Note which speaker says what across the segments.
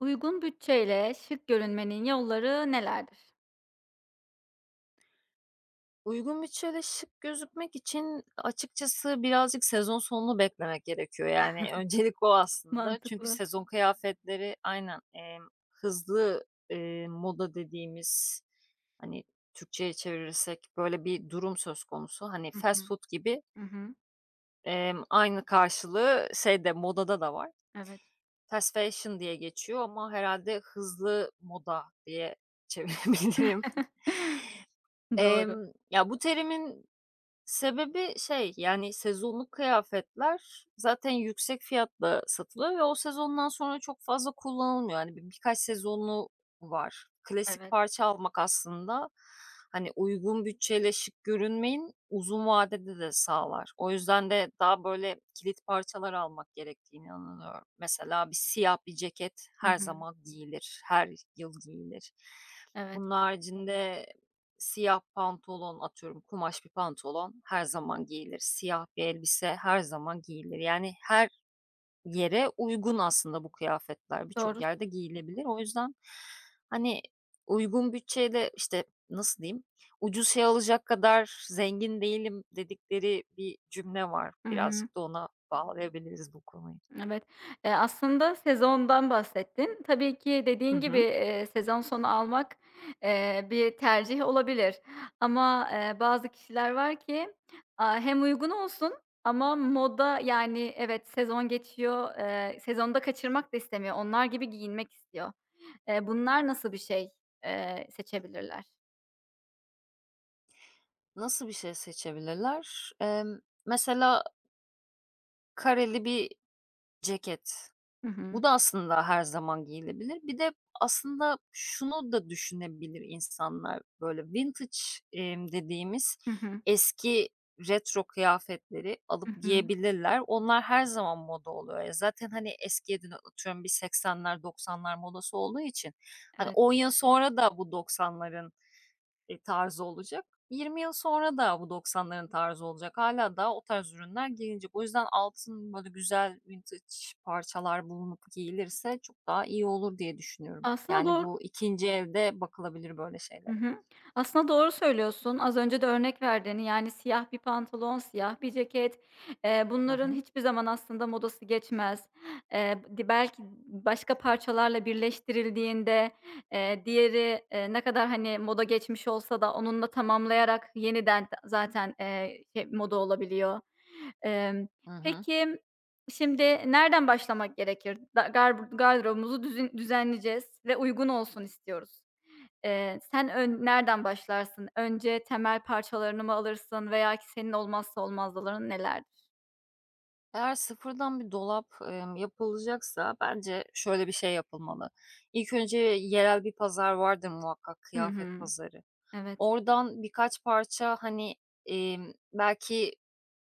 Speaker 1: Uygun bütçeyle şık görünmenin yolları nelerdir?
Speaker 2: Uygun bütçeyle şık gözükmek için açıkçası birazcık sezon sonunu beklemek gerekiyor. Yani, öncelik o aslında. Çünkü
Speaker 1: Mantıklı.
Speaker 2: sezon kıyafetleri aynen, hızlı, moda dediğimiz, hani, Türkçe'ye çevirirsek böyle bir durum söz konusu. Hani,
Speaker 1: Hı
Speaker 2: fast
Speaker 1: hı.
Speaker 2: food gibi,
Speaker 1: Hı hı.
Speaker 2: aynı karşılığı şeyde, modada da var.
Speaker 1: Evet.
Speaker 2: Fast fashion diye geçiyor ama herhalde hızlı moda diye çevirebilirim.
Speaker 1: Doğru.
Speaker 2: Ya, bu terimin sebebi şey, yani sezonluk kıyafetler zaten yüksek fiyatla satılıyor ve o sezondan sonra çok fazla kullanılmıyor. Hani birkaç sezonu var. Klasik
Speaker 1: Evet.
Speaker 2: parça almak aslında, hani, uygun bütçeyle şık görünmeyin uzun vadede de sağlar. O yüzden de daha böyle kilit parçalar almak gerektiğini inanıyorum. Mesela bir siyah bir ceket
Speaker 1: Hı
Speaker 2: her
Speaker 1: hı.
Speaker 2: zaman giyilir, her yıl giyilir.
Speaker 1: Evet.
Speaker 2: Bunun haricinde siyah pantolon, atıyorum, kumaş bir pantolon her zaman giyilir. Siyah bir elbise her zaman giyilir. Yani her yere uygun aslında bu kıyafetler. Birçok
Speaker 1: Doğru.
Speaker 2: yerde giyilebilir. O yüzden, hani, uygun bütçeyle, işte, nasıl diyeyim, ucuz şey alacak kadar zengin değilim dedikleri bir cümle var.
Speaker 1: Hı hı.
Speaker 2: Birazcık da ona bağlayabiliriz bu konuyu.
Speaker 1: Evet. Aslında sezondan bahsettin. Tabii ki
Speaker 2: Hı
Speaker 1: dediğin gibi,
Speaker 2: hı.
Speaker 1: sezon sonu almak, bir tercih olabilir ama, bazı kişiler var ki, hem uygun olsun ama moda, yani, evet, sezon geçiyor, sezonu kaçırmak da istemiyor. Onlar gibi giyinmek istiyor. Bunlar nasıl bir şey, seçebilirler?
Speaker 2: Nasıl bir şey seçebilirler? Mesela kareli bir ceket.
Speaker 1: Hı
Speaker 2: Bu
Speaker 1: hı.
Speaker 2: da aslında her zaman giyilebilir. Bir de aslında şunu da düşünebilir insanlar, böyle vintage, dediğimiz
Speaker 1: Hı hı.
Speaker 2: eski retro kıyafetleri alıp
Speaker 1: Hı hı.
Speaker 2: giyebilirler. Onlar her zaman moda oluyor. Ya, zaten, hani, eskiye de atıyorum bir 80'ler 90'lar modası olduğu için, hani,
Speaker 1: Evet.
Speaker 2: 10 yıl sonra da bu 90'ların tarzı olacak. 20 yıl sonra da bu 90'ların tarzı olacak. Hala da o tarz ürünler giyinecek. O yüzden altın, böyle, güzel vintage parçalar bulunup giyilirse çok daha iyi olur diye düşünüyorum.
Speaker 1: Aslında
Speaker 2: Yani
Speaker 1: doğru
Speaker 2: bu ikinci elde bakılabilir böyle
Speaker 1: Hı
Speaker 2: şeylere.
Speaker 1: hı. Aslında doğru söylüyorsun. Az önce de örnek verdiğini, yani, siyah bir pantolon, siyah bir ceket,
Speaker 2: Hı
Speaker 1: bunların
Speaker 2: hı.
Speaker 1: hiçbir zaman aslında modası geçmez. Di belki başka parçalarla birleştirildiğinde, diğeri, ne kadar, hani, moda geçmiş olsa da onunla tamamlayarak yeniden d zaten, şey, moda olabiliyor. Emm,
Speaker 2: Hı hı.
Speaker 1: peki, şimdi nereden başlamak gerekir? Da gar gardırobumuzu düzün düzenleyeceğiz ve uygun olsun istiyoruz. Sen ön nereden başlarsın? Önce temel parçalarını mı alırsın veya ki senin olmazsa olmazların nelerdir?
Speaker 2: Eğer sıfırdan bir dolap, yapılacaksa bence şöyle bir şey yapılmalı. İlk önce yerel bir pazar vardır muhakkak,
Speaker 1: Hı
Speaker 2: kıyafet
Speaker 1: hı.
Speaker 2: pazarı.
Speaker 1: Evet,
Speaker 2: Oradan birkaç parça, hani, belki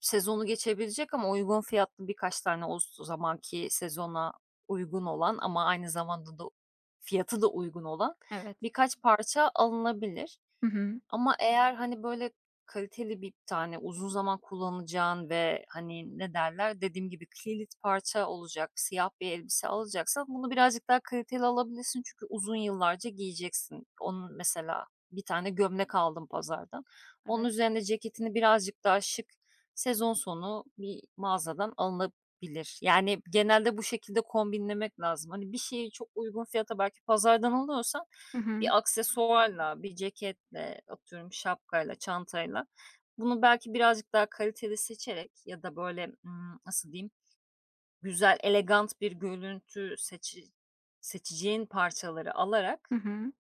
Speaker 2: sezonu geçebilecek ama uygun fiyatlı birkaç tane o zamanki sezona uygun olan ama aynı zamanda da fiyatı da uygun olan
Speaker 1: evet.
Speaker 2: birkaç parça alınabilir.
Speaker 1: Hı hı.
Speaker 2: Ama eğer, hani, böyle, kaliteli bir tane uzun zaman kullanacağın ve, hani, ne derler, dediğim gibi kilit parça olacak, siyah bir elbise alacaksan bunu birazcık daha kaliteli alabilirsin çünkü uzun yıllarca giyeceksin. Onun mesela bir tane gömlek aldım pazardan. Onun
Speaker 1: Evet.
Speaker 2: üzerine ceketini birazcık daha şık, sezon sonu bir mağazadan alınabilir. Yani, genelde bu şekilde kombinlemek lazım. Hani, bir şeyi çok uygun fiyata belki pazardan alıyorsan
Speaker 1: Hı hı.
Speaker 2: bir aksesuarla, bir ceketle, atıyorum şapkayla, çantayla bunu belki birazcık daha kaliteli seçerek ya da böyle, nasıl diyeyim, güzel, elegant bir görüntü seçeceğin parçaları
Speaker 1: Hı
Speaker 2: alarak
Speaker 1: hı.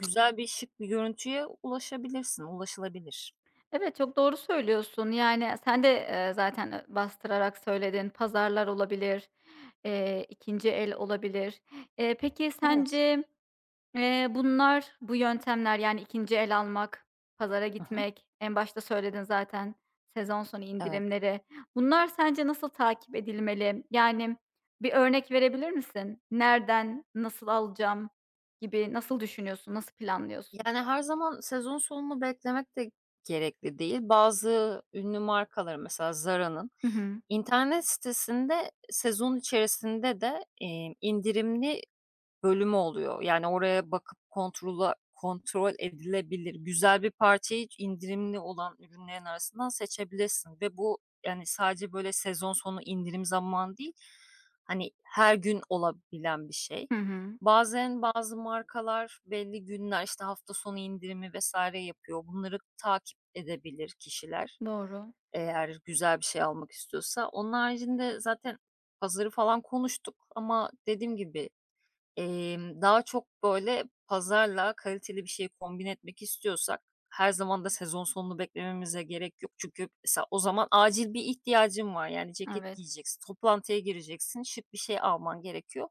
Speaker 2: güzel bir şık bir görüntüye ulaşabilirsin, ulaşılabilir.
Speaker 1: Evet, çok doğru söylüyorsun. Yani, sen de, zaten, bastırarak söyledin. Pazarlar olabilir, 2'nci el olabilir. Eee, peki
Speaker 2: Evet.
Speaker 1: sence Eee, bunlar, bu yöntemler, yani ikinci el almak, pazara
Speaker 2: Hı hı.
Speaker 1: gitmek, en başta söyledin zaten sezon sonu
Speaker 2: Evet.
Speaker 1: indirimleri. Bunlar sence nasıl takip edilmeli? Yani bir örnek verebilir misin? Nereden, nasıl alacağım gibi nasıl düşünüyorsun, nasıl planlıyorsun?
Speaker 2: Yani, her zaman sezon sonunu beklemek de gerekli değil. Bazı ünlü markaların mesela Zara'nın
Speaker 1: Hı hı.
Speaker 2: İnternet sitesinde sezon içerisinde de, indirimli bölümü oluyor. Yani oraya bakıp kontrol edilebilir. Güzel bir parçayı indirimli olan ürünlerin arasından seçebilirsin ve bu, yani, sadece, böyle, sezon sonu indirim zamanı değil, hani, her gün olabilen bir şey.
Speaker 1: Hı hı.
Speaker 2: Bazen bazı markalar belli günler, işte, hafta sonu indirimi vesaire yapıyor. Bunları takip edebilir kişiler
Speaker 1: Doğru.
Speaker 2: eğer güzel bir şey almak istiyorsa. Onun haricinde zaten pazarı falan konuştuk ama dediğim gibi daha çok, böyle, pazarla kaliteli bir şey kombin etmek istiyorsak her zaman da sezon sonunu beklememize gerek yok. Çünkü mesela o zaman acil bir ihtiyacın var. Yani ceket
Speaker 1: Evet.
Speaker 2: giyeceksin, toplantıya gireceksin, şık bir şey alman gerekiyor.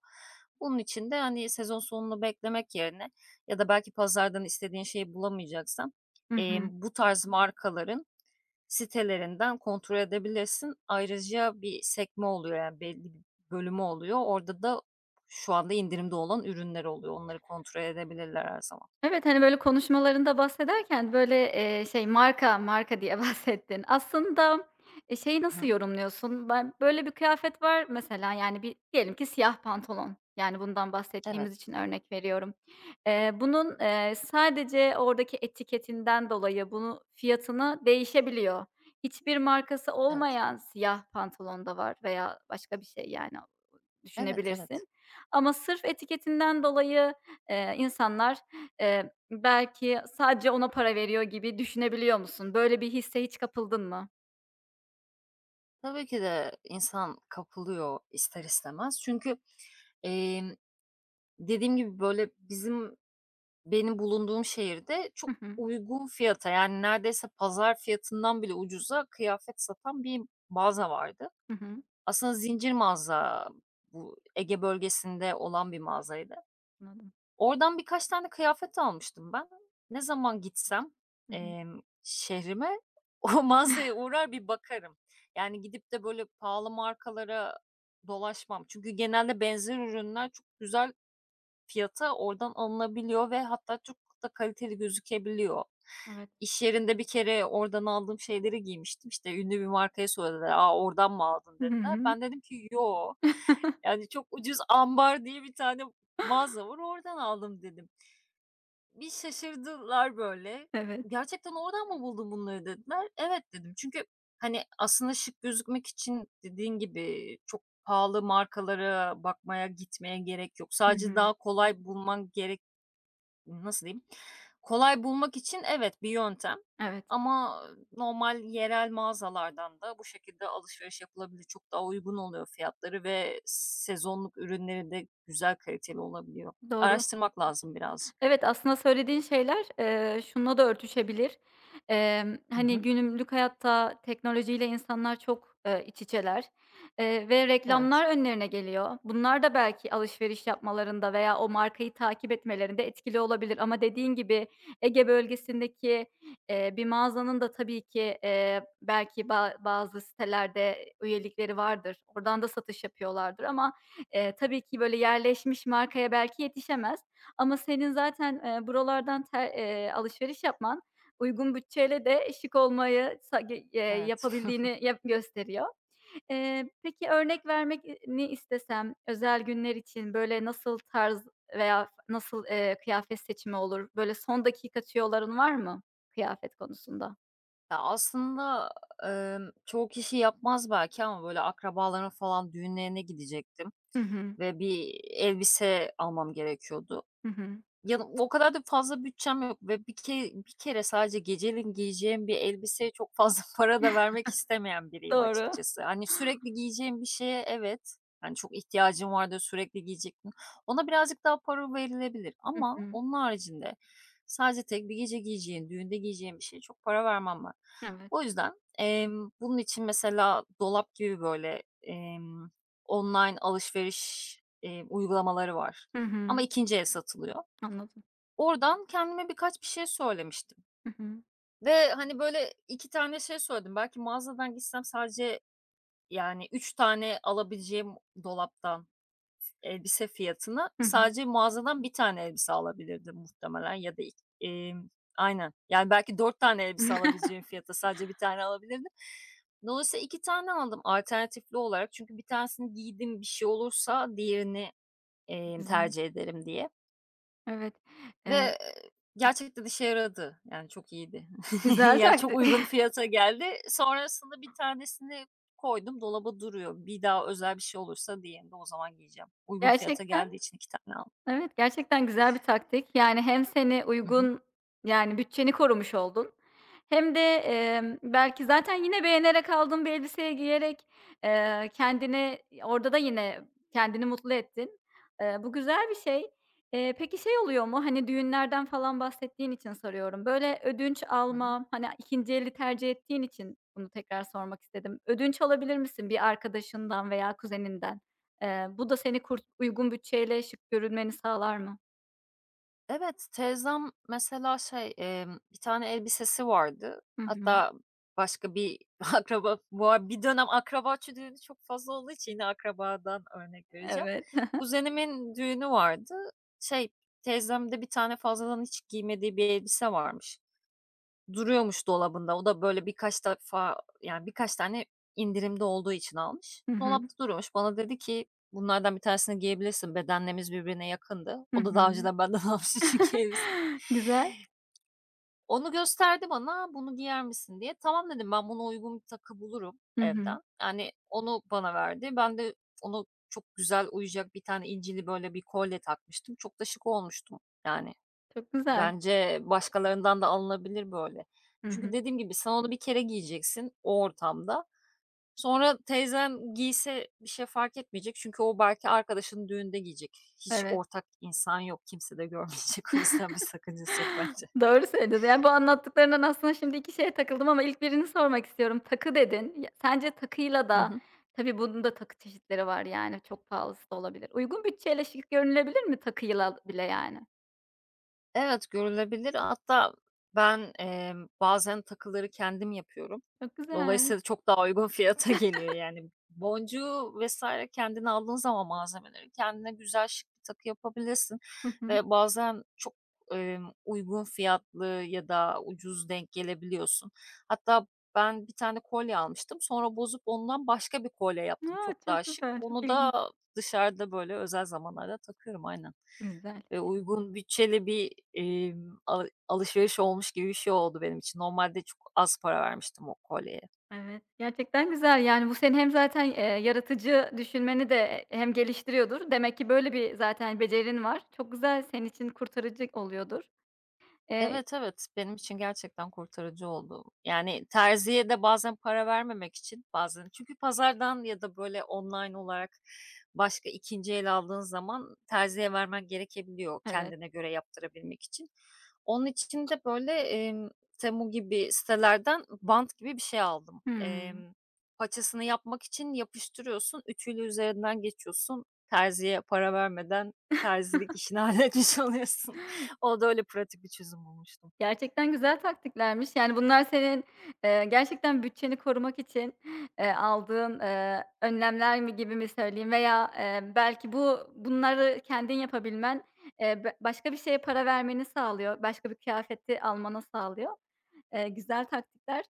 Speaker 2: Bunun için de, hani, sezon sonunu beklemek yerine ya da belki pazardan istediğin şeyi bulamayacaksan,
Speaker 1: Hı hı.
Speaker 2: bu tarz markaların sitelerinden kontrol edebilirsin. Ayrıca bir sekme oluyor, yani belli bir bölümü oluyor. Orada da şu anda indirimde olan ürünler oluyor. Onları kontrol edebilirler her zaman.
Speaker 1: Evet, hani, böyle, konuşmalarında bahsederken, böyle, şey, marka marka diye bahsettin. Aslında, şeyi nasıl
Speaker 2: Hı.
Speaker 1: yorumluyorsun? Ben böyle bir kıyafet var mesela, yani, bir diyelim ki siyah pantolon, yani, bundan
Speaker 2: Evet,
Speaker 1: bahsettiğimiz için örnek veriyorum. Bunun, sadece oradaki etiketinden dolayı bunu fiyatını değişebiliyor. Hiçbir markası
Speaker 2: evet.
Speaker 1: olmayan siyah pantolon da var veya başka bir şey, yani
Speaker 2: Evet, evet.
Speaker 1: düşünebilirsin. Ama sırf etiketinden dolayı, insanlar, belki sadece ona para veriyor gibi düşünebiliyor musun? Böyle bir hisse hiç kapıldın mı?
Speaker 2: Tabii ki de insan kapılıyor ister istemez. Çünkü, emm, dediğim gibi, böyle, benim bulunduğum şehirde çok
Speaker 1: Hı hı.
Speaker 2: uygun fiyata, yani, neredeyse pazar fiyatından bile ucuza kıyafet satan bir mağaza vardı.
Speaker 1: Hı hı.
Speaker 2: Aslında zincir mağaza, bu Ege bölgesinde olan bir mağazaydı.
Speaker 1: Anladım.
Speaker 2: Oradan birkaç tane kıyafet almıştım ben. Ne zaman gitsem,
Speaker 1: Hı hı.
Speaker 2: şehrime o mağazaya uğrar bir bakarım. Yani gidip de böyle pahalı markalara dolaşmam. Çünkü genelde benzer ürünler çok güzel fiyata oradan alınabiliyor ve hatta çok da kaliteli gözükebiliyor.
Speaker 1: Evet.
Speaker 2: İş yerinde bir kere oradan aldığım şeyleri giymiştim. İşte ünlü bir markaya söylediler. "A, oradan mı aldın?"
Speaker 1: Hı
Speaker 2: dediler.
Speaker 1: hı.
Speaker 2: Ben dedim ki "Yo." Yani, "Çok ucuz ambar diye bir tane mağaza var, oradan aldım." dedim. Bir şaşırdılar böyle.
Speaker 1: Evet.
Speaker 2: "Gerçekten oradan mı buldun bunları?" dediler. "Evet." dedim. Çünkü, hani, aslında şık gözükmek için dediğin gibi çok pahalı markalara bakmaya gitmeye gerek yok.
Speaker 1: Hı
Speaker 2: Sadece
Speaker 1: hı.
Speaker 2: daha kolay bulman gerek nasıl diyeyim? Kolay bulmak için evet, bir yöntem
Speaker 1: Evet.
Speaker 2: ama normal yerel mağazalardan da bu şekilde alışveriş yapılabilir. Çok daha uygun oluyor fiyatları ve sezonluk ürünleri de güzel kaliteli olabiliyor.
Speaker 1: Doğru.
Speaker 2: Araştırmak lazım birazcık.
Speaker 1: Evet, aslında söylediğin şeyler, şununla da örtüşebilir.
Speaker 2: Hı
Speaker 1: Hani,
Speaker 2: hı.
Speaker 1: günlük hayatta teknolojiyle insanlar çok, iç içeler, ve
Speaker 2: Evet.
Speaker 1: reklamlar önlerine geliyor. Bunlar da belki alışveriş yapmalarında veya o markayı takip etmelerinde etkili olabilir ama dediğin gibi Ege bölgesindeki, bir mağazanın da tabii ki, belki ba bazı sitelerde üyelikleri vardır. Oradan da satış yapıyorlardır ama, tabii ki böyle yerleşmiş markaya belki yetişemez. Ama senin zaten, buralardan ter alışveriş yapman uygun bütçeyle de şık olmayı sa ge
Speaker 2: Evet.
Speaker 1: yapabildiğini yap gösteriyor. Peki örnek vermek ni istesem özel günler için, böyle, nasıl tarz veya nasıl, kıyafet seçimi olur? Böyle, son dakika tüyoların var mı kıyafet konusunda?
Speaker 2: Ya, aslında, çoğu kişi yapmaz belki ama böyle akrabaların falan düğünlerine gidecektim
Speaker 1: Hı hı.
Speaker 2: ve bir elbise almam gerekiyordu.
Speaker 1: Hı hı.
Speaker 2: Yanı o kadar da fazla bütçem yok ve bir kere sadece geceliğin giyeceğim bir elbiseye çok fazla para da vermek istemeyen biriyim
Speaker 1: Doğru.
Speaker 2: açıkçası. Hani, sürekli giyeceğim bir şeye evet, hani, çok ihtiyacım vardı, sürekli giyecektim. Ona birazcık daha para verilebilir
Speaker 1: Hı
Speaker 2: ama
Speaker 1: hı.
Speaker 2: onun haricinde sadece tek bir gece giyeceğin, düğünde giyeceğin bir şeye çok para vermem ben. O
Speaker 1: Evet.
Speaker 2: yüzden, bunun için mesela dolap gibi böyle, online alışveriş, uygulamaları var
Speaker 1: Hı
Speaker 2: ama
Speaker 1: hı.
Speaker 2: 2'nci el satılıyor.
Speaker 1: Anladım.
Speaker 2: Oradan kendime birkaç bir şey söylemiştim
Speaker 1: Hı hı.
Speaker 2: ve, hani, böyle 2 tane şey söyledim. Belki mağazadan gitsem sadece, yani, 3 tane alabileceğim dolaptan elbise fiyatına
Speaker 1: Hı hı.
Speaker 2: sadece mağazadan bir tane elbise alabilirdim muhtemelen ya da ik emm, aynen. Yani, belki 4 tane elbise alabileceğim fiyata sadece bir tane alabilirdim. Dolayısıyla 2 tane aldım alternatifli olarak. Çünkü bir tanesini giydim, bir şey olursa diğerini,
Speaker 1: Güzel.
Speaker 2: tercih ederim diye
Speaker 1: Evet.
Speaker 2: ve,
Speaker 1: Eee.
Speaker 2: gerçekten işe yaradı. Yani, çok iyiydi.
Speaker 1: Güzel
Speaker 2: Yani, çok
Speaker 1: taktik.
Speaker 2: uygun fiyata geldi. Sonrasında bir tanesini koydum, dolaba duruyor. Bir daha özel bir şey olursa diğerini de o zaman giyeceğim. Uygun fiyata
Speaker 1: Gerçekten.
Speaker 2: geldiği için 2 tane aldım.
Speaker 1: Evet, gerçekten güzel bir taktik. Yani hem seni
Speaker 2: Hı hı.
Speaker 1: uygun, yani bütçeni korumuş oldun hem de, belki zaten yine beğenerek aldığın bir elbiseyi giyerek, kendini orada da yine kendini mutlu ettin. Bu güzel bir şey. Peki şey oluyor mu? Hani, düğünlerden falan bahsettiğin için soruyorum. Böyle ödünç
Speaker 2: Hı hı.
Speaker 1: alma, hani, ikinci eli tercih ettiğin için bunu tekrar sormak istedim. Ödünç alabilir misin bir arkadaşından veya kuzeninden? Bu da seni kurt uygun bütçeyle şık görünmeni sağlar mı?
Speaker 2: Evet, teyzem mesela şey, bir tane elbisesi vardı.
Speaker 1: Hı hı.
Speaker 2: Hatta başka bir akraba bu ar bir dönem akraba düğünü çok fazla olduğu için yine akrabadan örnek vereceğim.
Speaker 1: Evet.
Speaker 2: Kuzenimin düğünü vardı. Şey, teyzemde bir tane fazladan hiç giymediği bir elbise varmış. Duruyormuş dolabında. O da böyle birkaç defa, yani, birkaç tane indirimde olduğu için almış.
Speaker 1: Hı hı.
Speaker 2: Dolapta duruyormuş. Bana dedi ki, "Bunlardan bir tanesini giyebilirsin." Bedenlerimiz birbirine yakındı.
Speaker 1: Hı
Speaker 2: O da daha
Speaker 1: hı.
Speaker 2: önceden benden almıştı çünkü elbise.
Speaker 1: Güzel.
Speaker 2: Onu gösterdi bana, "Bunu giyer misin?" diye. "Tamam." dedim, "Ben buna uygun bir takı bulurum
Speaker 1: Hı hı.
Speaker 2: evden." Yani, onu bana verdi. Ben de onu çok güzel uyacak bir tane incili böyle bir kolye takmıştım. Çok da şık olmuştum, yani.
Speaker 1: Çok güzel.
Speaker 2: Bence başkalarından da alınabilir böyle.
Speaker 1: Hı
Speaker 2: Çünkü
Speaker 1: hı.
Speaker 2: dediğim gibi sen onu bir kere giyeceksin o ortamda. Sonra teyzem giyse bir şey fark etmeyecek. Çünkü o belki arkadaşının düğünde giyecek. Hiç
Speaker 1: Evet.
Speaker 2: ortak insan yok. Kimse de görmeyecek. O yüzden bir sakıncası yok bence.
Speaker 1: Doğru söylüyorsun. Yani, bu anlattıklarından aslında şimdi 2 şeye takıldım ama ilk birini sormak istiyorum. "Takı" dedin. Ya, sence takıyla
Speaker 2: Hı
Speaker 1: da
Speaker 2: hı.
Speaker 1: tabii bunun da takı çeşitleri var, yani, çok pahalısı da olabilir. Uygun bütçeyle şık görünülebilir mi takıyla bile yani?
Speaker 2: Evet, görülebilir. Hatta ben, bazen takıları kendim yapıyorum.
Speaker 1: Çok güzel.
Speaker 2: Dolayısıyla çok daha uygun fiyata geliyor yani. Boncuğu vesaire kendin aldığın zaman malzemeleri kendine güzel şık bir takı yapabilirsin
Speaker 1: Hı hı.
Speaker 2: ve bazen çok, uygun fiyatlı ya da ucuz denk gelebiliyorsun. Hatta ben bir tane kolye almıştım. Sonra bozup ondan başka bir kolye yaptım
Speaker 1: A,
Speaker 2: çok daha
Speaker 1: çok
Speaker 2: şık.
Speaker 1: güzel, çok
Speaker 2: Onu
Speaker 1: ilginç.
Speaker 2: da dışarıda böyle özel zamanlarda takıyorum, aynen.
Speaker 1: Güzel.
Speaker 2: Uygun bütçeli bir, alışveriş olmuş gibi bir şey oldu benim için. Normalde çok az para vermiştim o kolyeye.
Speaker 1: Evet, gerçekten güzel. Yani, bu senin hem zaten, yaratıcı düşünmeni de, hem geliştiriyordur. Demek ki böyle bir zaten becerin var. Çok güzel, senin için kurtarıcı oluyordur. Eee.
Speaker 2: Evet, evet, benim için gerçekten kurtarıcı oldu. Yani terziye de bazen para vermemek için bazen çünkü pazardan ya da böyle online olarak başka 2'nci el aldığın zaman terziye vermen gerekebiliyor
Speaker 1: Evet.
Speaker 2: kendine göre yaptırabilmek için. Onun için de böyle, Temu gibi sitelerden bant gibi bir şey aldım.
Speaker 1: Hımm.
Speaker 2: Paçasını yapmak için yapıştırıyorsun, ütüyle üzerinden geçiyorsun. Terziye para vermeden terzilik işini halletmiş oluyorsun. Orada öyle pratik bir çözüm bulmuştum.
Speaker 1: Gerçekten güzel taktiklermiş. Yani, bunlar senin, gerçekten bütçeni korumak için, aldığın, önlemler mi gibi mi söyleyeyim veya, belki bu bunları kendin yapabilmen, b başka bir şeye para vermeni sağlıyor, başka bir kıyafeti almana sağlıyor. Güzel taktikler.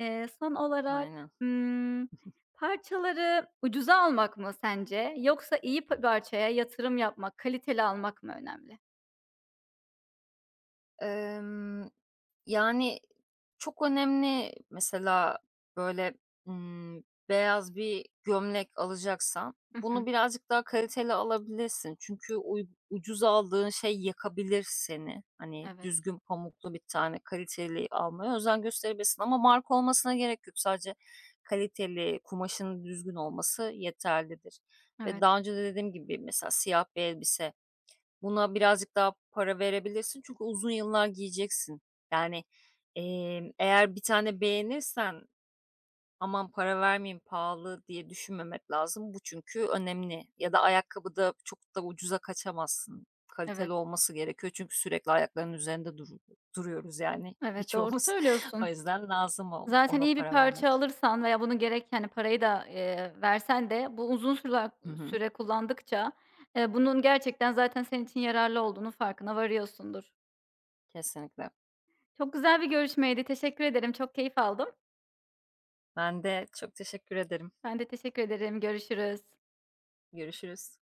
Speaker 1: Son olarak,
Speaker 2: Aynen.
Speaker 1: ımm, parçaları ucuza almak mı sence yoksa iyi pa parçaya yatırım yapmak, kaliteli almak mı önemli?
Speaker 2: Emm, yani, çok önemli mesela, böyle, beyaz bir gömlek alacaksan
Speaker 1: Hı
Speaker 2: bunu
Speaker 1: hı.
Speaker 2: birazcık daha kaliteli alabilirsin. Çünkü ucuz aldığın şey yakabilir seni. Hani,
Speaker 1: Evet,
Speaker 2: düzgün pamuklu bir tane kaliteli almaya özen gösterebilirsin ama marka olmasına gerek yok. Sadece kaliteli, kumaşının düzgün olması yeterlidir ve
Speaker 1: evet,
Speaker 2: daha önce de dediğim gibi mesela siyah bir elbise. Buna birazcık daha para verebilirsin çünkü uzun yıllar giyeceksin. Yani, eğer bir tane beğenirsen, "Aman para vermeyeyim, pahalı." diye düşünmemek lazım. Bu çünkü önemli ya da ayakkabıda çok da ucuza kaçamazsın. Kaliteli
Speaker 1: evet,
Speaker 2: olması gerekiyor çünkü sürekli ayakların üzerinde duruyoruz yani
Speaker 1: evet, doğru
Speaker 2: birçoğumuz. O
Speaker 1: söylüyorsun.
Speaker 2: yüzden lazım o
Speaker 1: Zaten
Speaker 2: ona
Speaker 1: iyi bir
Speaker 2: para
Speaker 1: parça
Speaker 2: vermek.
Speaker 1: alırsan veya bunu gerek, hani, parayı da, versen de bu uzun süre
Speaker 2: Hı hı.
Speaker 1: süre kullandıkça, bunun gerçekten zaten senin için yararlı olduğunun farkına varıyorsundur.
Speaker 2: Kesinlikle.
Speaker 1: Çok güzel bir görüşmeydi. Teşekkür ederim. Çok keyif aldım.
Speaker 2: Ben de çok teşekkür ederim.
Speaker 1: Ben de teşekkür ederim. Görüşürüz.
Speaker 2: Görüşürüz.